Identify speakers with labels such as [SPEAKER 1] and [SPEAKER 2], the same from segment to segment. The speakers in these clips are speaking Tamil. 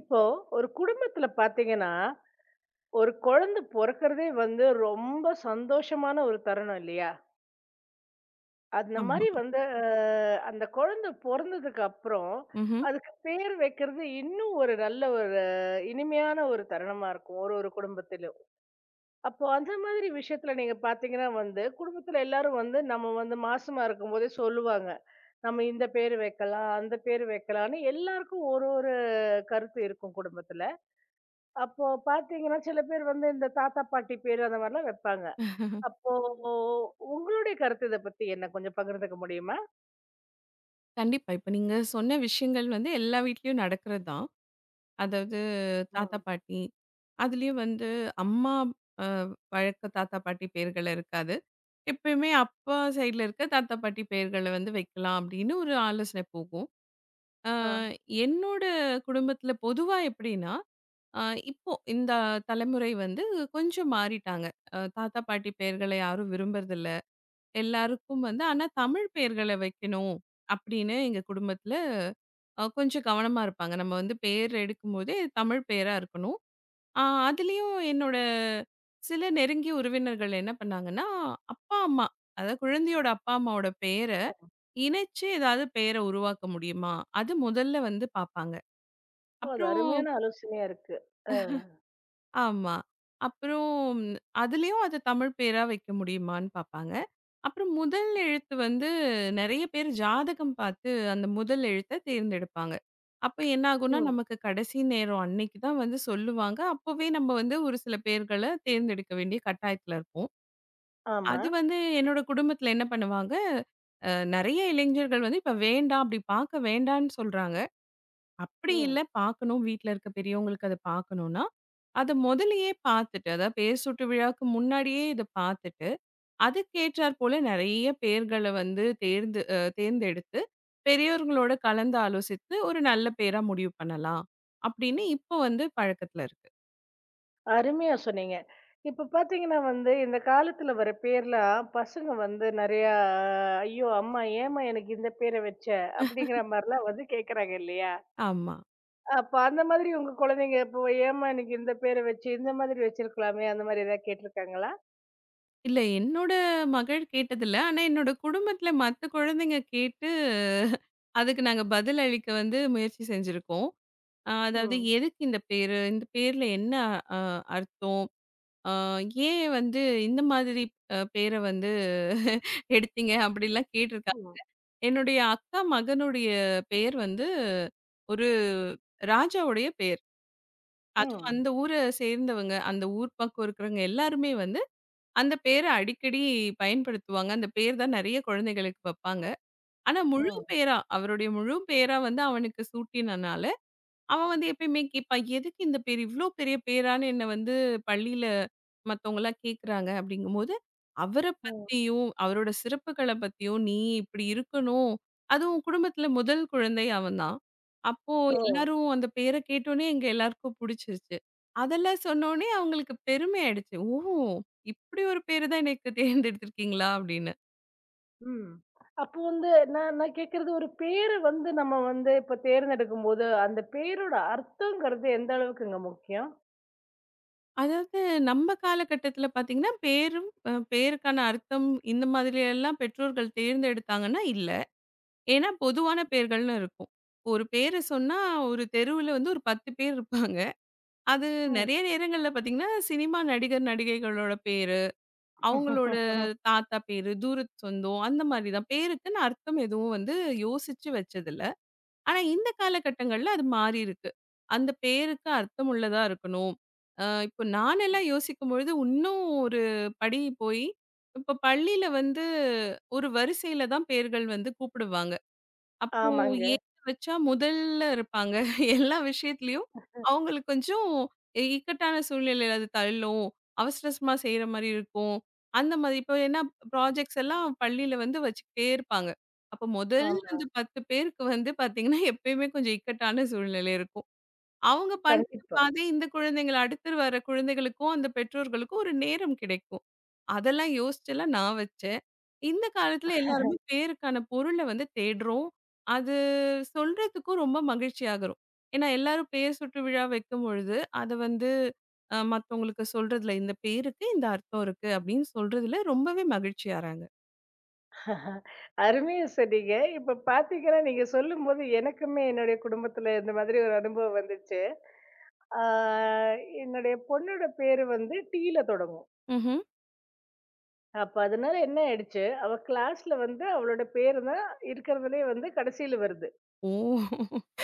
[SPEAKER 1] இப்போ ஒரு குடும்பத்துல பாத்தீங்கன்னா, ஒரு குழந்தை பொறக்கிறதே வந்து ரொம்ப சந்தோஷமான ஒரு தருணம் இல்லையா? அந்த
[SPEAKER 2] ஆமா.
[SPEAKER 1] மாரி வந்து அந்த குழந்தை பொறந்ததுக்கு அப்புறம்,
[SPEAKER 2] ம்ஹ்ம்.
[SPEAKER 1] அதுக்கு பேர் வைக்கிறது இன்னும் ஒரு நல்ல ஒரு இனிமையான ஒரு தருணமா இருக்கும். ஒரு ஒரு குடும்பத்திலும். அப்போ அந்த மாதிரி விஷயத்துல நீங்க பாத்தீங்கன்னா வந்து, குடும்பத்துல எல்லாரும் வந்து நம்ம வந்து மாசமா இருக்கும்போதே சொல்லுவாங்க. நம்ம இந்த பேரு வைக்கலாம், அந்த பேரு வைக்கலாம்ன்னு எல்லாருக்கும் ஒரு ஒரு கருத்து இருக்கும் குடும்பத்துல. அப்போ பார்த்தீங்கன்னா, சில பேர் வந்து இந்த தாத்தா, பாட்டி பேரு அந்த மாரிலாம் வைப்பாங்க. அப்போ உங்களுடைய கருத்து இத பத்தி என்ன? கொஞ்சம் பகிர்ந்துக்க முடியுமா?
[SPEAKER 2] கண்டிப்பா. இப்ப நீங்க சொன்ன விஷயங்கள் வந்து எல்லா வீட்லயும் நடக்கிறது தான். அதாவது தாத்தா,
[SPEAKER 1] ம்.
[SPEAKER 2] பாட்டி அதுலயும் வந்து அம்மா அ வழக்க தாத்தா, பாட்டி பெயர்கள இருக்காது. எப்பயுமே அப்பா சைட்ல இருக்க தாத்தா, பாட்டி பெயர்கள வந்து வைக்கலாம் அப்படின்னு ஒரு ஆலோசனை போகும். அ
[SPEAKER 1] ஆ.
[SPEAKER 2] என்னோட குடும்பத்துல பொதுவா எப்படின்னா, அ இப்போ இந்த தலைமுறை வந்து கொஞ்சம் மாறிட்டாங்க. தாத்தா, பாட்டி பெயர்கள யாரும் விரும்புறதில்ல. எல்லாருக்கும் வந்து ஆனா தமிழ் பெயர்கள வைக்கணும் அப்படின்னு எங்க குடும்பத்துல கொஞ்சம் கவனமா இருப்பாங்க. நம்ம வந்து பெயர் எடுக்கும்போதே தமிழ் பெயரா இருக்கணும். அ, அதுலயும் என்னோட சில நெருங்கிய உறவினர்கள் என்ன பண்ணாங்கன்னா, அப்பா, அம்மா அதாவது குழந்தையோட அப்பா, அம்மாவோட பெயர இணைச்சு ஏதாவது பெயர உருவாக்க முடியுமா? அது முதல்ல வந்து பார்ப்பாங்க.
[SPEAKER 1] ஓ! அது
[SPEAKER 2] அப்புறம்
[SPEAKER 1] அருமையான ஆலோசனையா இருக்கு. ஆ.
[SPEAKER 2] ஆமா. அப்புறம் அதுலயும் அத தமிழ் பேரா வைக்க முடியுமான்னு பார்ப்பாங்க. அப்புறம் முதல் எழுத்து வந்து நெறைய பேர் ஜாதகம் பார்த்து அந்த முதல் எழுத்த தேர்ந்தெடுப்பாங்க. அப்ப என்ன ஆகும்னா,
[SPEAKER 1] ம்.
[SPEAKER 2] நமக்கு கடைசி நேரம் அன்னைக்கு தான் வந்து சொல்லுவாங்க. அப்பவே நம்ம வந்து ஒரு சில பேர்கள தேர்ந்தெடுக்க வேண்டிய கட்டாயத்துல இருப்போம்.
[SPEAKER 1] ஆமா.
[SPEAKER 2] அது வந்து என்னோட குடும்பத்துல என்ன பண்ணுவாங்க, நெறைய இளைஞர்கள் வந்து இப்ப வேண்டாம், அப்படி பார்க்க வேண்டான்னு சொல்றாங்க. அப்படி
[SPEAKER 1] ம்.
[SPEAKER 2] இல்ல பார்க்கணும். வீட்ல இருக்க பெரியவங்களுக்கு அத பார்க்கணும்னா, அத முதல்லயே பார்த்துட்டு, அதாவது பெயர் சூட்டு விழாவுக்கு முன்னாடியே இத பார்த்துட்டு, அதுக்கேற்றார் போல நெறைய பெயர்கள வந்து தேர்ந்து தேர்ந்தெடுத்து, பெரியோர்களோட கலந்து ஆலோசித்து, ஒரு நல்ல பெயரா முடிவு பண்ணலாம். அப்படின்னு இப்போ வந்து பழக்கத்துல இருக்கு.
[SPEAKER 1] அருமையா சொன்னீங்க. இப்ப பார்த்தீங்கன்னா வந்து, இந்த காலத்துல வர பேர்லாம் பசங்க வந்து நெறையா, "ஐயோ! அம்மா ஏம்மா எனக்கு இந்த பேர வச்ச?" அப்படிங்கிற மாரிலாம் வந்து கேட்கறாங்க இல்லையா?
[SPEAKER 2] ஆமா.
[SPEAKER 1] அப்ப அந்த மாதிரி உங்க குழந்தைங்க இப்போ, "ஏம்மா எனக்கு இந்த பேர வச்சு, இந்த மாதிரி வச்சிருக்கலாமே" அந்த மாரி ஏதாவது கேட்டுருக்காங்களா?
[SPEAKER 2] இல்ல என்னோட மகள் கேட்டதில்ல. ஆனா என்னோட குடும்பத்துல மத்த குழந்தைங்க கேட்டு, அதுக்கு நாங்க பதில் அளிக்க வந்து முயற்சி செஞ்சிருக்கோம். அதாவது
[SPEAKER 1] ம்.
[SPEAKER 2] எதுக்கு இந்த பேரு? இந்த பேர்ல என்ன அ அர்த்தம்? அ ஏன் வந்து இந்த மாதிரி பேர வந்து எடுத்தீங்க? அப்படிலாம் கேட்டிருக்காங்க.
[SPEAKER 1] ம்.
[SPEAKER 2] என்னுடைய அக்கா மகனுடைய பெயர் வந்து ஒரு ராஜாவுடைய பெயர். அதுவும்
[SPEAKER 1] ம்.
[SPEAKER 2] அந்த ஊர சேர்ந்தவங்க, அந்த ஊர் பக்கம் இருக்கிறவங்க எல்லாருமே வந்து அந்த பேர அடிக்கடி பயன்படுத்துவாங்க. அந்த பேர் தான் நெறைய குழந்தைகளுக்கு வப்பாங்க. ஆனா முழு
[SPEAKER 1] ம்.
[SPEAKER 2] பெயரா அவருடைய முழு பெயரா வந்து அவனுக்கு சூட்டினனால அவன் வந்து எப்பயுமே கேட்பான், "எதுக்கு இந்த பேர்? இவ்ளோ பெரிய பேரான்னு என்ன வந்து பள்ளியில மத்தவங்கலாம் கேட்குறாங்க." அப்படிங்கும்போது, அவர
[SPEAKER 1] ம்.
[SPEAKER 2] பத்தியும், அவரோட சிறப்புகள பத்தியும், "நீ இப்படி இருக்கணும்." அதுவும் குடும்பத்தில முதல் குழந்தை அவன் தான். அப்போ
[SPEAKER 1] ஓ!
[SPEAKER 2] எல்லாரும் அந்த பேர கேட்டோனே எங்க எல்லாருக்கும் புடிச்சிருச்சு. அதெல்லாம் சொன்னோனே அவங்களுக்கு பெருமை ஆயிடுச்சு. "ஓ! இப்படி ஒரு பேரு தான் எனக்கு தேர்ந்தெடுத்திருக்கீங்களா?" அப்படின்னு.
[SPEAKER 1] ம். அப்போ வந்து நான் நான் கேட்கறது ஒரு பேரு வந்து நம்ம வந்து இப்ப தேர்ந்தெடுக்கும்போது, அந்த பேரோட அர்த்தங்கிறது எந்த அளவுக்குங்க முக்கியம்?
[SPEAKER 2] அதாவது நம்ம காலகட்டத்தில பார்த்தீங்கன்னா, பேரும் பேருக்கான அர்த்தம் இந்த மாதிரி எல்லாம் பெற்றோர்கள் தேர்ந்தெடுத்தாங்கன்னா இல்ல. ஏன்னா பொதுவான பெயர்கள்னு இருக்கும். ஒரு பேர சொன்னா ஒரு தெருவுல வந்து ஒரு 10 பேர் இருப்பாங்க. அது
[SPEAKER 1] ம்.
[SPEAKER 2] நெறைய நேரங்கள்ல பார்த்தீங்கன்னா, சினிமா நடிகர், நடிகைகளோட பேரு, அவங்களோட தாத்தா பேரு, தூரத்து சொந்தம் அந்த மாரி தான். பேருக்குன்னு அர்த்தம் எதுவும் வந்து யோசிச்சு வச்சதில்ல. ஆனா, இந்த காலகட்டங்கள்ல அது மாறியிருக்கு. அந்த பேருக்கு அர்த்தமுள்ளதா இருக்கணும். இப்போ நானெல்லாம் யோசிக்கும்பொழுது, இன்னும் ஒரு படி போயி, இப்போ பள்ளியில வந்து ஒரு வரிசையில தான் பேர்கள் வந்து கூப்பிடுவாங்க. அப்போ
[SPEAKER 1] ஆமாங்க.
[SPEAKER 2] ஏற வச்சா முதல்ல இருப்பாங்க. எல்லா விஷயத்துலயும் அவங்களுக்கு கொஞ்சம் இக்கட்டான சூழ்நிலையில அது தள்ளும். அவசர அவசரமா செய்ற மாரி இருக்கும். அந்த மாதிரி இப்போ ஏன்னா ப்ராஜெக்ட்ஸ் எல்லாம் பள்ளியில வந்து வச்சுக்கிட்டே இருப்பாங்க. அப்போ முதல்
[SPEAKER 1] ஆமா.
[SPEAKER 2] அந்த 10 பேருக்கு வந்து பார்த்தீங்கன்னா, எப்பயுமே கொஞ்சம் இக்கட்டான சூழ்நிலை இருக்கும். அவங்க பண்றது
[SPEAKER 1] கண்டிப்பா.
[SPEAKER 2] பாதி, இந்த குழந்தைகள் அடுத்து வர குழந்தைகளுக்கும், அந்த பெற்றோர்களுக்கும் ஒரு நேரம் கிடைக்கும். அதெல்லாம் யோசிச்செல்லாம் நான் வச்சேன். இந்த காலத்துல எல்லாருமே பேருக்கான பொருள வந்து தேடுறோம். அது சொல்றதுக்கும் ரொம்ப மகிழ்ச்சியாகுறோம். ஏன்னா எல்லாரும் பேர் சுட்டு விழா வைக்கும்பொழுது, அத வந்து மத்தவங்களுக்கு சொல்றதுல இந்த பேருக்கு இந்த அர்த்தம் இருக்கு அப்படின்னு சொல்றதுல ரொம்பவே மகிழ்ச்சியாறாங்க.
[SPEAKER 1] அருமையா சொன்னீங்க. இப்ப பார்த்தீங்கன்னா, நீங்க சொல்லும்போது எனக்குமே என்னுடைய குடும்பத்துல இந்த மாதிரி ஒரு அனுபவம் வந்துச்சு. ஆ என்னுடைய பொண்ணோட பேரு வந்து டீல தொடங்கும்.
[SPEAKER 2] ம்ஹ்ம்.
[SPEAKER 1] அப்ப அதனால என்ன ஆயிடுச்சு, அவ கிளாஸ்ல வந்து அவளோட பேரு தான் இருக்கிறதுலயே வந்து கடைசியில வருது.
[SPEAKER 2] ஓ!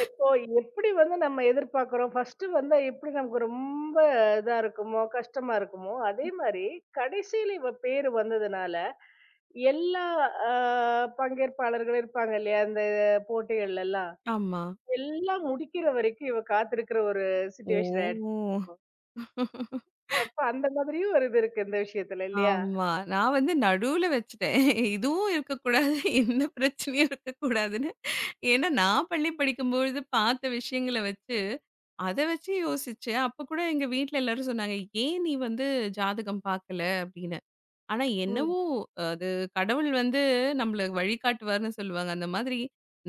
[SPEAKER 1] இப்போ எப்படி வந்து நம்ம எதிர்பார்க்கிறோம், ஃபர்ஸ்ட்டு வந்தா எப்படி நமக்கு ரொம்ப இதா இருக்குமோ, கஷ்டமா இருக்குமோ, அதே மாரி கடைசியில இவ பேரு வந்ததுனால, எல்லா அ பங்கேற்பாளர்களும் இருப்பாங்க இல்லையா? அந்த போட்டிகள்லலாம்.
[SPEAKER 2] ஆமா.
[SPEAKER 1] எல்லாம் எல்லாம் முடிக்கிற வரைக்கும் இவ காத்திருக்கிற ஒரு
[SPEAKER 2] ஓ!
[SPEAKER 1] சிச்சுவேஷன் ஆயிடுச்சு. அப்ப அந்த மாதிரியும் ஒரு இது இருக்கு இந்த விஷயத்துல இல்லையா?
[SPEAKER 2] ஆமா. நான் வந்து நடுவுல வச்சுட்டேன். இதுவும் இருக்கக்கூடாது. இந்த பிரச்சனையும் இருக்கக்கூடாதுன்னு. ஏன்னா, நான் பள்ளி படிக்கும்பொழுது பார்த்த விஷயங்கள வச்சு, அத வச்சு யோசிச்சேன். அப்ப கூட எங்க வீட்ல எல்லாரும் சொன்னாங்க, "ஏன் நீ வந்து ஜாதகம் பார்க்கல?" அப்படின்னு. ஆனா
[SPEAKER 1] ம்.
[SPEAKER 2] என்னவோ அது கடவுள் வந்து நம்மள வழிகாட்டுவார்ன்னு சொல்லுவாங்க. அந்த மாதிரி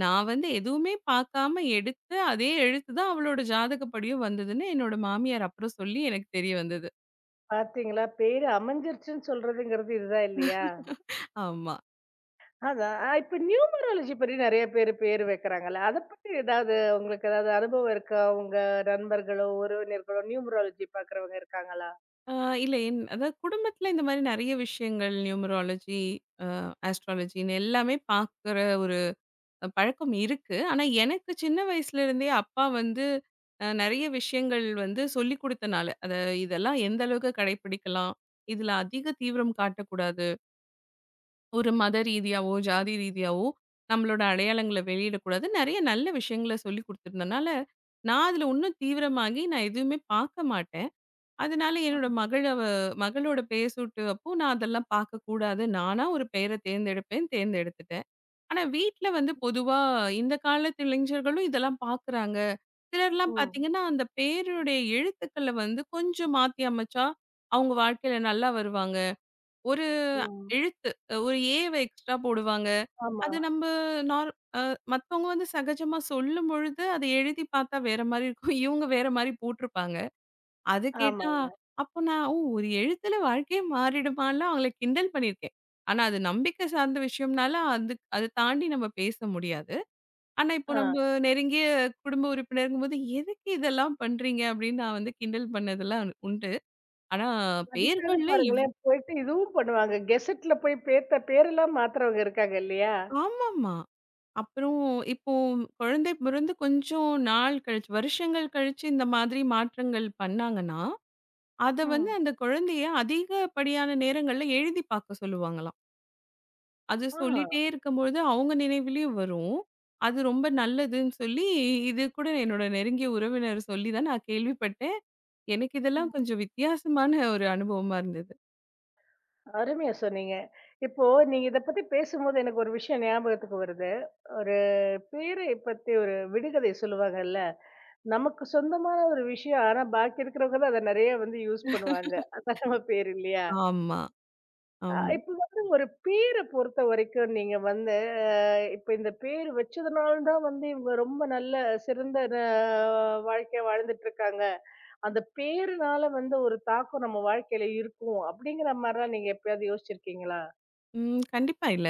[SPEAKER 2] நான் வந்து எதுவுமே பார்க்காம எடுத்து, அதே எழுத்து தான் அவளோட ஜாதகப்படியும் வந்ததுன்னு என்னோட மாமியார் அப்புறம் சொல்லி எனக்கு தெரிய வந்தது.
[SPEAKER 1] பார்த்தீங்களா, பேரு அமைஞ்சிருச்சுன்னு சொல்றதுங்கிறது இதுதான் இல்லையா?
[SPEAKER 2] ஆமா.
[SPEAKER 1] அதான். இப்ப நியூமராலஜி படி நெறைய பேரு பேரு வைக்கிறாங்கல்ல. அத பத்தி ஏதாவது உங்களுக்கு ஏதாவது அனுபவம் இருக்கா? உங்க நண்பர்களோ, உறவினர்களோ நியூமராலஜி பார்க்கிறவங்க இருக்காங்களா?
[SPEAKER 2] ஆ இல்ல அதாவது குடும்பத்துல இந்த மாரி நெறைய விஷயங்கள் நியூமராலஜி, அ ஆஸ்ட்ராலஜின்னு எல்லாமே பார்க்குற ஒரு பழக்கம் இருக்கு. ஆனா, எனக்கு சின்ன வயசுல இருந்தே அப்பா வந்து நெறைய விஷயங்கள் வந்து சொல்லிக் குடுத்தனால, அத இதெல்லாம் எந்த அளவுக்கு கடைப்பிடிக்கலாம், இதுல அதிக தீவிரம் காட்டக்கூடாது. ஒரு மத ரீதியாவோ, ஜாதி ரீதியாவோ நம்மளோட அடையாளங்கள வெளியிடக்கூடாது. நெறைய நல்ல விஷயங்கள சொல்லிக் குடுத்துருந்தனால, நான் அதுல இன்னும் தீவிரமாகி நான் எதுவுமே பார்க்க மாட்டேன். அதனால என்னோட மகள மகளோட பேசூட்டு அப்போ நான் அதெல்லாம் பார்க்கக்கூடாது. நானா ஒரு பெயர தேர்ந்தெடுப்பேன், தேர்ந்தெடுத்துட்டேன். ஆனா வீட்ல வந்து பொதுவா இந்த காலத்து இளைஞர்களும் இதெல்லாம் பார்க்குறாங்க. சிலர்லாம்
[SPEAKER 1] ம்.
[SPEAKER 2] பார்த்தீங்கன்னா, அந்த பேருடைய எழுத்துக்கள வந்து கொஞ்சம் மாத்தி அமைச்சா, அவங்க வாழ்க்கையில நல்லா வருவாங்க. ஒரு
[SPEAKER 1] ம்.
[SPEAKER 2] எழுத்து ஒரு ஏவ எக்ஸ்ட்ரா போடுவாங்க.
[SPEAKER 1] ஆமா.
[SPEAKER 2] அது நம்ம நார் அ மத்தவங்க வந்து சகஜமா சொல்லும்பொழுது, அத எழுதி பார்த்தா வேற மாரி இருக்கும். இவங்க வேற மாரி போட்டிருப்பாங்க. அது
[SPEAKER 1] ஆமா.
[SPEAKER 2] கேட்டா, அப்போ நான், ஓ! ஒரு எழுத்துல வாழ்க்கையே மாறிடுமான்லாம் அவங்கள கிண்டல் பண்ணியிருக்கேன். ஆனா, அது நம்பிக்கை சார்ந்த விஷயம்னால, அத தாண்டி நம்ம பேச முடியாது. ஆனா, இப்போ
[SPEAKER 1] ஆ.
[SPEAKER 2] நம்ப நெருங்கிய குடும்ப உறுப்பினருங்கும்போது, "எதுக்கு இதெல்லாம் பண்றீங்க?" அப்படின்னு நான் வந்து கிண்டல் பண்ணதெல்லாம் உண்டு. ஆனா,
[SPEAKER 1] அதுக்காக
[SPEAKER 2] பெயர்கள்ல இவ்
[SPEAKER 1] பாருங்களேன், போயிட்டு இதுவும் பண்ணுவாங்க. கெசெட்ல போய் பேத்த பேரெல்லாம் மாத்துறவங்க இருக்காங்க இல்லையா?
[SPEAKER 2] ஆமாமா. அப்புறம் இப்போ குழந்தை பிறந்து கொஞ்சம் நாள் கழிச்சு, வருஷங்கள் கழிச்சு இந்த மாதிரி மாற்றங்கள் பண்ணாங்கன்னா, அத வந்து
[SPEAKER 1] ம்.
[SPEAKER 2] அந்த குழந்தைய அதிகப்படியான நேரங்கள்ல எழுதி பார்க்க சொல்லுவாங்களாம். அது
[SPEAKER 1] ஆ.
[SPEAKER 2] சொல்லிட்டே இருக்கும்பொழுது, அவங்க நினைவிலயும் வரும். அது ரொம்ப நல்லதுன்னு சொல்லி, இது கூட என்னோட நெருங்கிய உறவினர் சொல்லி தான் நான் கேள்விப்பட்டேன். எனக்கு இதெல்லாம் கொஞ்சம் வித்தியாசமான ஒரு அனுபவமா இருந்தது.
[SPEAKER 1] அருமையா சொன்னீங்க. இப்போ நீங்க இத பத்தி பேசும்போது எனக்கு ஒரு விஷயம் ஞாபகத்துக்கு வருது. ஒரு பேரை பத்தி ஒரு விடுகதை சொல்லுவாங்கல்ல. நமக்கு சொந்தமான ஒரு விஷயம். ஆனா பாக்கி இருக்கிறவங்க தான் அத நெறைய வந்து யூஸ் பண்ணுவாங்க. அதான் நம்ம பேர் இல்லையா?
[SPEAKER 2] ஆமா, ஆமா.
[SPEAKER 1] இப்ப வந்து ஒரு பேர பொறுத்த வரைக்கும் நீங்க வந்து அ இப்ப இந்த பேர் வச்சதுனால தான் வந்து இவங்க ரொம்ப நல்ல சிறந்த வாழ்க்கைய வாழ்ந்துட்டு இருக்காங்க. அந்த பேருனால வந்து ஒரு தாக்கம் நம்ம வாழ்க்கையில இருக்கும். அப்படிங்கிற மாரிலாம் நீங்க எப்பயாவது யோசிச்சிருக்கீங்களா?
[SPEAKER 2] ம். கண்டிப்பா இல்ல.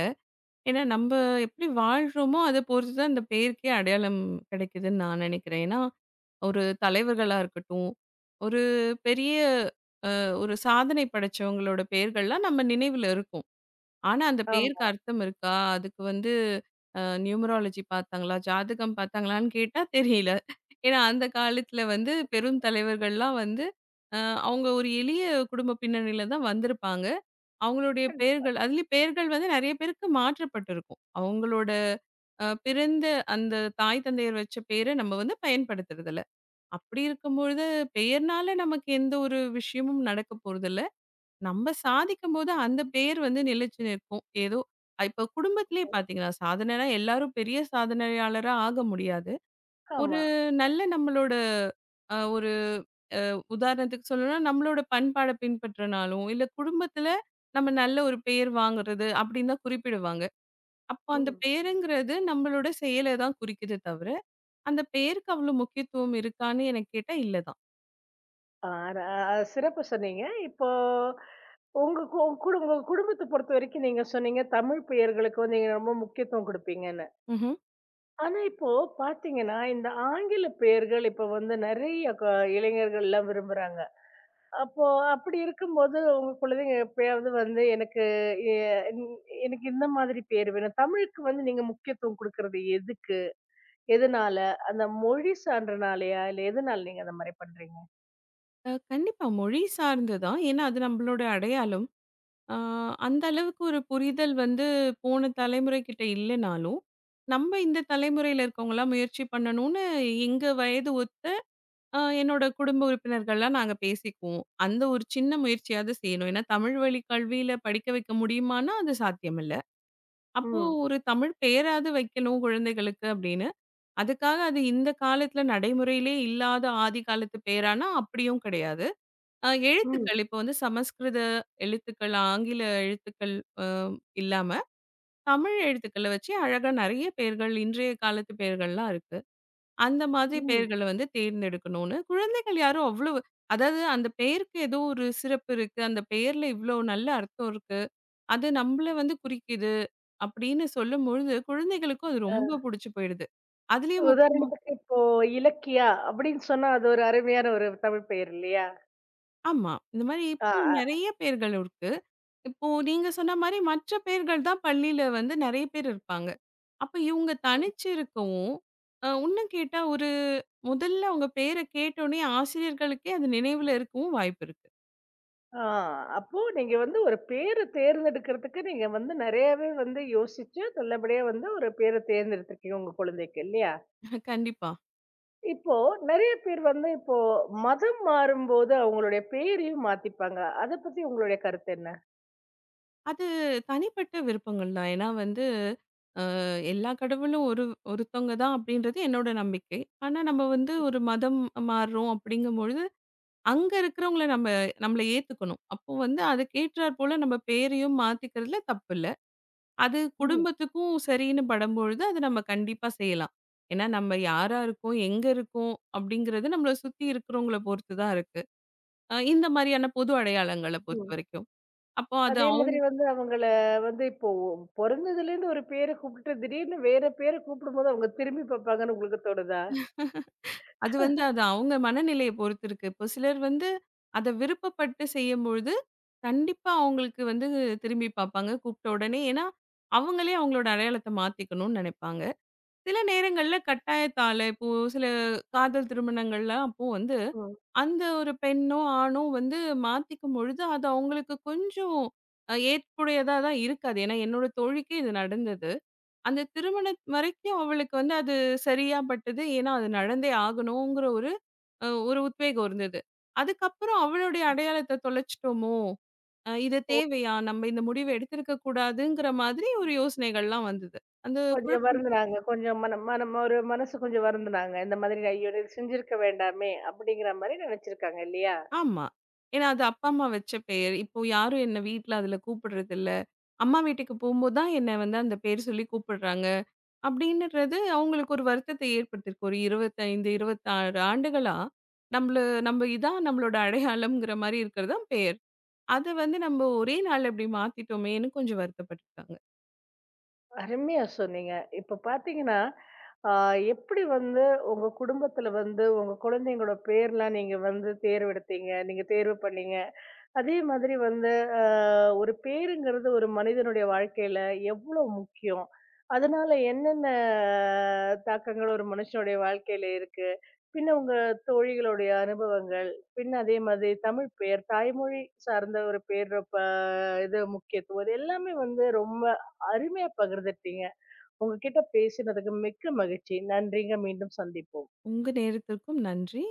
[SPEAKER 2] ஏன்னா நம்ப எப்படி வாழ்றோமோ, அத பொறுத்து தான் இந்த பேருக்கே அடையாளம் கிடைக்குதுன்னு நான் நினைக்கிறேன். ஏன்னா, ஒரு தலைவர்களா இருக்கட்டும், ஒரு பெரிய ஒரு சாதனை படைச்சவங்களோட பெயர்கள்லாம் நம்ம நினைவுல இருக்கும். ஆனா, அந்த பேருக்கு
[SPEAKER 1] ஆமா.
[SPEAKER 2] அர்த்தம் இருக்கா? அதுக்கு வந்து நியூமராலஜி பார்த்தாங்களா? ஜாதகம் பார்த்தாங்களான்னு கேட்டா தெரியல. ஏன்னா, அந்த காலத்துல வந்து பெரும் தலைவர்கள்லாம் வந்து அ அவங்க ஒரு எளிய குடும்ப பின்னணியில தான் வந்திருப்பாங்க. அவங்களுடைய
[SPEAKER 1] கண்டிப்பா.
[SPEAKER 2] பெயர்கள் அதுலயும் பெயர்கள் வந்து நெறைய பேருக்கு மாற்றப்பட்டிருக்கும். அவங்களோட பிறந்த அந்த தாய், தந்தையர் வச்ச பேர நம்ம வந்து பயன்படுத்துறதில்ல. அப்படி இருக்கும்பொழுது பெயர்னால நமக்கு எந்த ஒரு விஷயமும் நடக்க போறதில்ல. நம்ம சாதிக்கும்போது அந்த பேர் வந்து நிலைச்சு நிற்கும். ஏதோ இப்ப குடும்பத்திலேயே பார்த்தீங்கன்னா, சாதனைனா எல்லாரும் பெரிய சாதனையாளரா ஆக முடியாது. ஒரு
[SPEAKER 1] ஆமா.
[SPEAKER 2] நல்ல நம்மளோட ஒரு உதாரணத்துக்கு சொல்லணும்னா, நம்மளோட பண்பாட பின்பற்றினாலும், இல்ல குடும்பத்தில நம்ம நல்ல ஒரு பெயர் வாங்குறது அப்படின்னு தான் குறிப்பிடுவாங்க. அப்போ அந்த
[SPEAKER 1] ம்.
[SPEAKER 2] பெயருங்கிறது நம்மளோட செயல தான் குறிக்குது தவிர, அந்த பெயருக்கு அவ்வளோ முக்கியத்துவம் இருக்கான்னு எனக்கு கேட்டா இல்ல தான்.
[SPEAKER 1] ஆ அத அ சிறப்பா சொன்னீங்க. இப்போ உங்க கு குடு உங்க குடும்பத்த பொறுத்த வரைக்கும் நீங்க சொன்னீங்க, தமிழ் பெயர்களுக்கு வந்து நீங்க ரொம்ப முக்கியத்துவம் குடுப்பீங்கன்னு.
[SPEAKER 2] ம்ஹ்ம்.
[SPEAKER 1] ஆனா இப்போ பார்த்தீங்கன்னா, இந்த ஆங்கில பெயர்கள் இப்ப வந்து நெறைய இளைஞர்கள்லாம் விரும்புறாங்க. அப்போ அப்படி இருக்கும்போது உங்க குழந்தைங்க எப்பயாவது வந்து எனக்கு எ ன் எனக்கு இந்த மாதிரி பேர் வேணும். தமிழுக்கு வந்து நீங்க முக்கியத்துவம் குடுக்குறது எதுக்கு? எதனால? அந்த மொழி சான்றனாலயா? இல்ல எதனால நீங்க அந்த மாரி பண்றீங்க?
[SPEAKER 2] கண்டிப்பா மொழி சார்ந்து தான். ஏன்னா அது நம்மளோட அடையாளம். ஆ, அந்த அளவுக்கு ஒரு புரிதல் வந்து போன தலைமுறை கிட்ட இல்லைனாலும், நம்ம இந்த தலைமுறையில இருக்கவங்கலாம் முயற்சி பண்ணணும்னு எங்க வயது ஒத்த என்னோட குடும்ப உறுப்பினர்கள்லாம் நாங்க பேசிக்குவோம். அந்த ஒரு சின்ன முயற்சியாவது செய்யணும். ஏன்னா தமிழ் வழி கல்வியில படிக்க வைக்க முடியுமான்னா, அது சாத்தியமில்ல. அப்போ
[SPEAKER 1] ம்.
[SPEAKER 2] ஒரு தமிழ் பெயராவது வைக்கணும் குழந்தைகளுக்கு அப்படின்னு. அதுக்காக அது இந்த காலத்துல நடைமுறையிலே இல்லாத ஆதி காலத்து பெயரானா அப்படியும் கிடையாது.
[SPEAKER 1] ம்,
[SPEAKER 2] எழுத்துக்கள் இப்போ வந்து சமஸ்கிருத எழுத்துக்கள், ஆங்கில எழுத்துக்கள் அ இல்லாம, தமிழ் எழுத்துக்கள வச்சு அழகா நெறைய பெயர்கள் இன்றைய காலத்து பெயர்கள்லாம் இருக்கு. அந்த மாதிரி
[SPEAKER 1] ம்.
[SPEAKER 2] பெயர்கள வந்து தேர்ந்தெடுக்கணும்னு, குழந்தைகள் யாரும் அவ்வளவு அதாவது அந்த பெயருக்கு ஏதோ ஒரு சிறப்பு இருக்கு. அந்த பெயர்ல இவ்ளோ நல்ல அர்த்தம் இருக்கு. அது நம்மள வந்து குறிக்குது அப்படின்னு சொல்லும்பொழுது, குழந்தைகளுக்கும் அது
[SPEAKER 1] அ
[SPEAKER 2] ரொம்ப புடிச்சு போயிடுது. அதுலயும் முக்கியமா
[SPEAKER 1] உதாரணத்துக்கு இப்போ இலக்கியா அப்படின்னு சொன்னா அது ஒரு அருமையான ஒரு தமிழ் பெயர் இல்லையா?
[SPEAKER 2] ஆமா. இந்த மாரி
[SPEAKER 1] ஆ,
[SPEAKER 2] இப்போ
[SPEAKER 1] அ,
[SPEAKER 2] நெறைய பெயர்கள் இருக்கு. இப்போ நீங்க சொன்ன மாரி மற்ற பேர்கள் தான் பள்ளியில வந்து நெறைய பேர் இருப்பாங்க. அப்ப இவங்க தனிச்சு இருக்கவும், உன்னும் கேட்டா ஒரு முதல்ல உங்க பேர கேட்டோனே ஆசிரியர்களுக்கே அது நினைவுல இருக்கவும் வாய்ப்பு இருக்கு.
[SPEAKER 1] ஆ அப்போ நீங்க வந்து ஒரு பேர தேர்ந்தெடுக்கிறதுக்கு நீங்க வந்து நெறையாவே வந்து யோசிச்சு நல்லபடியா வந்து ஒரு பேர தேர்ந்தெடுத்திருக்கீங்க உங்க குழந்தைக்கு இல்லையா?
[SPEAKER 2] கண்டிப்பா.
[SPEAKER 1] இப்போ நெறைய பேர் வந்து இப்போ மதம் மாறும்போது அவங்களுடைய பேரையும் மாத்திப்பாங்க. அத பத்தி உங்களுடைய கருத்து என்ன?
[SPEAKER 2] அது தனிப்பட்ட விருப்பங்கள் தான். ஏன்னா வந்து அ எல்லா கடவுளும் ஒருத்தவங்க தான் அப்படின்றது என்னோட நம்பிக்கை. ஆனா நம்ம வந்து ஒரு மதம் மாறுறோம் அப்படிங்கும்பொழுது, அங்க இருக்கிறவங்கள நம்மள ஏத்துக்கணும். அப்போ வந்து அதுக்கேற்றார் போல நம்ம பேரையும் மாத்திக்கிறதுல தப்பில்ல. அது
[SPEAKER 1] ம்,
[SPEAKER 2] குடும்பத்துக்கும் சரின்னு படும்பொழுது, அது நம்ம கண்டிப்பா செய்யலாம். ஏன்னா, நம்ம யாரா இருக்கோம், எங்க இருக்கோம் அப்படிங்கிறது நம்மள சுத்தி இருக்கிறவங்கள பொறுத்து தான் இருக்கு. இந்த மாரியான பொது அடையாளங்கள
[SPEAKER 1] ம்.
[SPEAKER 2] பொறுத்தவரைக்கும். அப்போ அது
[SPEAKER 1] அதே
[SPEAKER 2] அவ்
[SPEAKER 1] மாதிரி வந்து அவங்கள வந்து இப்போ பொறந்ததுலேருந்து ஒரு பேர கூப்பிட்டு, திடீர்னு வேற பேர கூப்பிடும்போது அவங்க திரும்பி பார்ப்பாங்கன்னு உங்களுக்கு தோணுதா?
[SPEAKER 2] அது வந்து அது அவங்க மனநிலைய பொறுத்து இருக்கு. இப்போ சிலர் வந்து அத விருப்பப்பட்டு செய்யும்பொழுது, கண்டிப்பா அவங்களுக்கு வந்து திரும்பி பார்ப்பாங்க, கூப்பிட்ட உடனே. ஏன்னா, அவங்களே அவங்களோட அடையாளத்த மாத்திக்கணும்னு நெனைப்பாங்க. சில நேரங்கள்ல கட்டாயத்தால இப்போ சில காதல் திருமணங்கள்லாம் அப்போ வந்து
[SPEAKER 1] ம்.
[SPEAKER 2] அந்த ஒரு பெண்ணோ, ஆணோ வந்து மாத்திக்கும் பொழுது, அது அவங்களுக்கு கொஞ்சம் ஏற்புடையதா தான் இருக்காது. ஏன்னா, என்னோட தோழிக்கே இது நடந்தது. அந்த திருமணம் வரைக்கும் அவளுக்கு வந்து அது சரியா பட்டது. ஏன்னா, அது நடந்தே ஆகணுங்கிற ஒரு ஒரு உத்வேகம் இருந்தது. அதுக்கப்புறம் அவளுடைய அடையாளத்த தொலைச்சிட்டோமோ! இது தேவையா? நம்ம இந்த முடிவு எடுத்திருக்க கூடாதுங்கிற மாதிரி ஒரு யோசனைகள்லாம் வந்தது. அந்த
[SPEAKER 1] கொஞ்சம்
[SPEAKER 2] குழப்பம்
[SPEAKER 1] வருந்துனாங்க. கொஞ்சம் மனம் மனம் ஒரு மனசு கொஞ்சம் வருந்துனாங்க. இந்த மாதிரி ஐயோ! இது செஞ்சிருக்க வேண்டாமே! அப்படிங்கிற மாரி நினைச்சிருக்காங்க இல்லையா?
[SPEAKER 2] ஆமா. ஏன்னா அது அப்பா, அம்மா வச்ச பெயர். இப்போ யாரும் என்ன வீட்ல அதுல கூப்பிடுறதில்ல. அம்மா வீட்டுக்கு போம்போது தான் என்ன வந்து அந்த பேர் சொல்லி கூப்பிடுறாங்க. அப்படின்றது அவங்களுக்கு ஒரு வருத்தத்தை ஏற்படுத்திருக்கு. ஒரு 25, 26 ஆண்டுகளா நம்பள நம்ப இதான் நம்மளோட அடையாளம்ங்கிற மாரி இருக்கிறது தான் பெயர். அத வந்து நம்ம ஒரே நாள்ல இப்படி மாத்திட்டோமேன்னு கொஞ்சம் வருத்தப்பட்டுருக்காங்க.
[SPEAKER 1] அருமையா சொன்னீங்க. இப்ப பார்த்தீங்கன்னா, ஆ எப்படி வந்து உங்க குடும்பத்துல வந்து உங்க குழந்தைங்களோட பேர்லாம் நீங்க வந்து தேர்வெடுத்தீங்க? நீங்க தேர்வு பண்ணீங்க? அதே மாதிரி வந்து அ ஒரு பேருங்கிறது ஒரு மனிதனுடைய வாழ்க்கையில எவ்ளோ முக்கியம்? அதனால என்னென்ன தாக்கங்கள் ஒரு மனுஷனுடைய வாழ்க்கையில இருக்கு? பின்ன உங்க தோழிகளுடைய அனுபவங்கள், பின்ன அதே மாதிரி தமிழ் பெயர், தாய்மொழி சார்ந்த ஒரு பேர் இது முக்கியத்துவம். இது எல்லாமே வந்து ரொம்ப அருமையா பகிர்ந்துட்டீங்க. உங்ககிட்ட பேசினதுக்கு மிக்க மகிழ்ச்சி. நன்றிங்க. மீண்டும் சந்திப்போம்.
[SPEAKER 2] உங்க நேரத்திற்கும் நன்றி.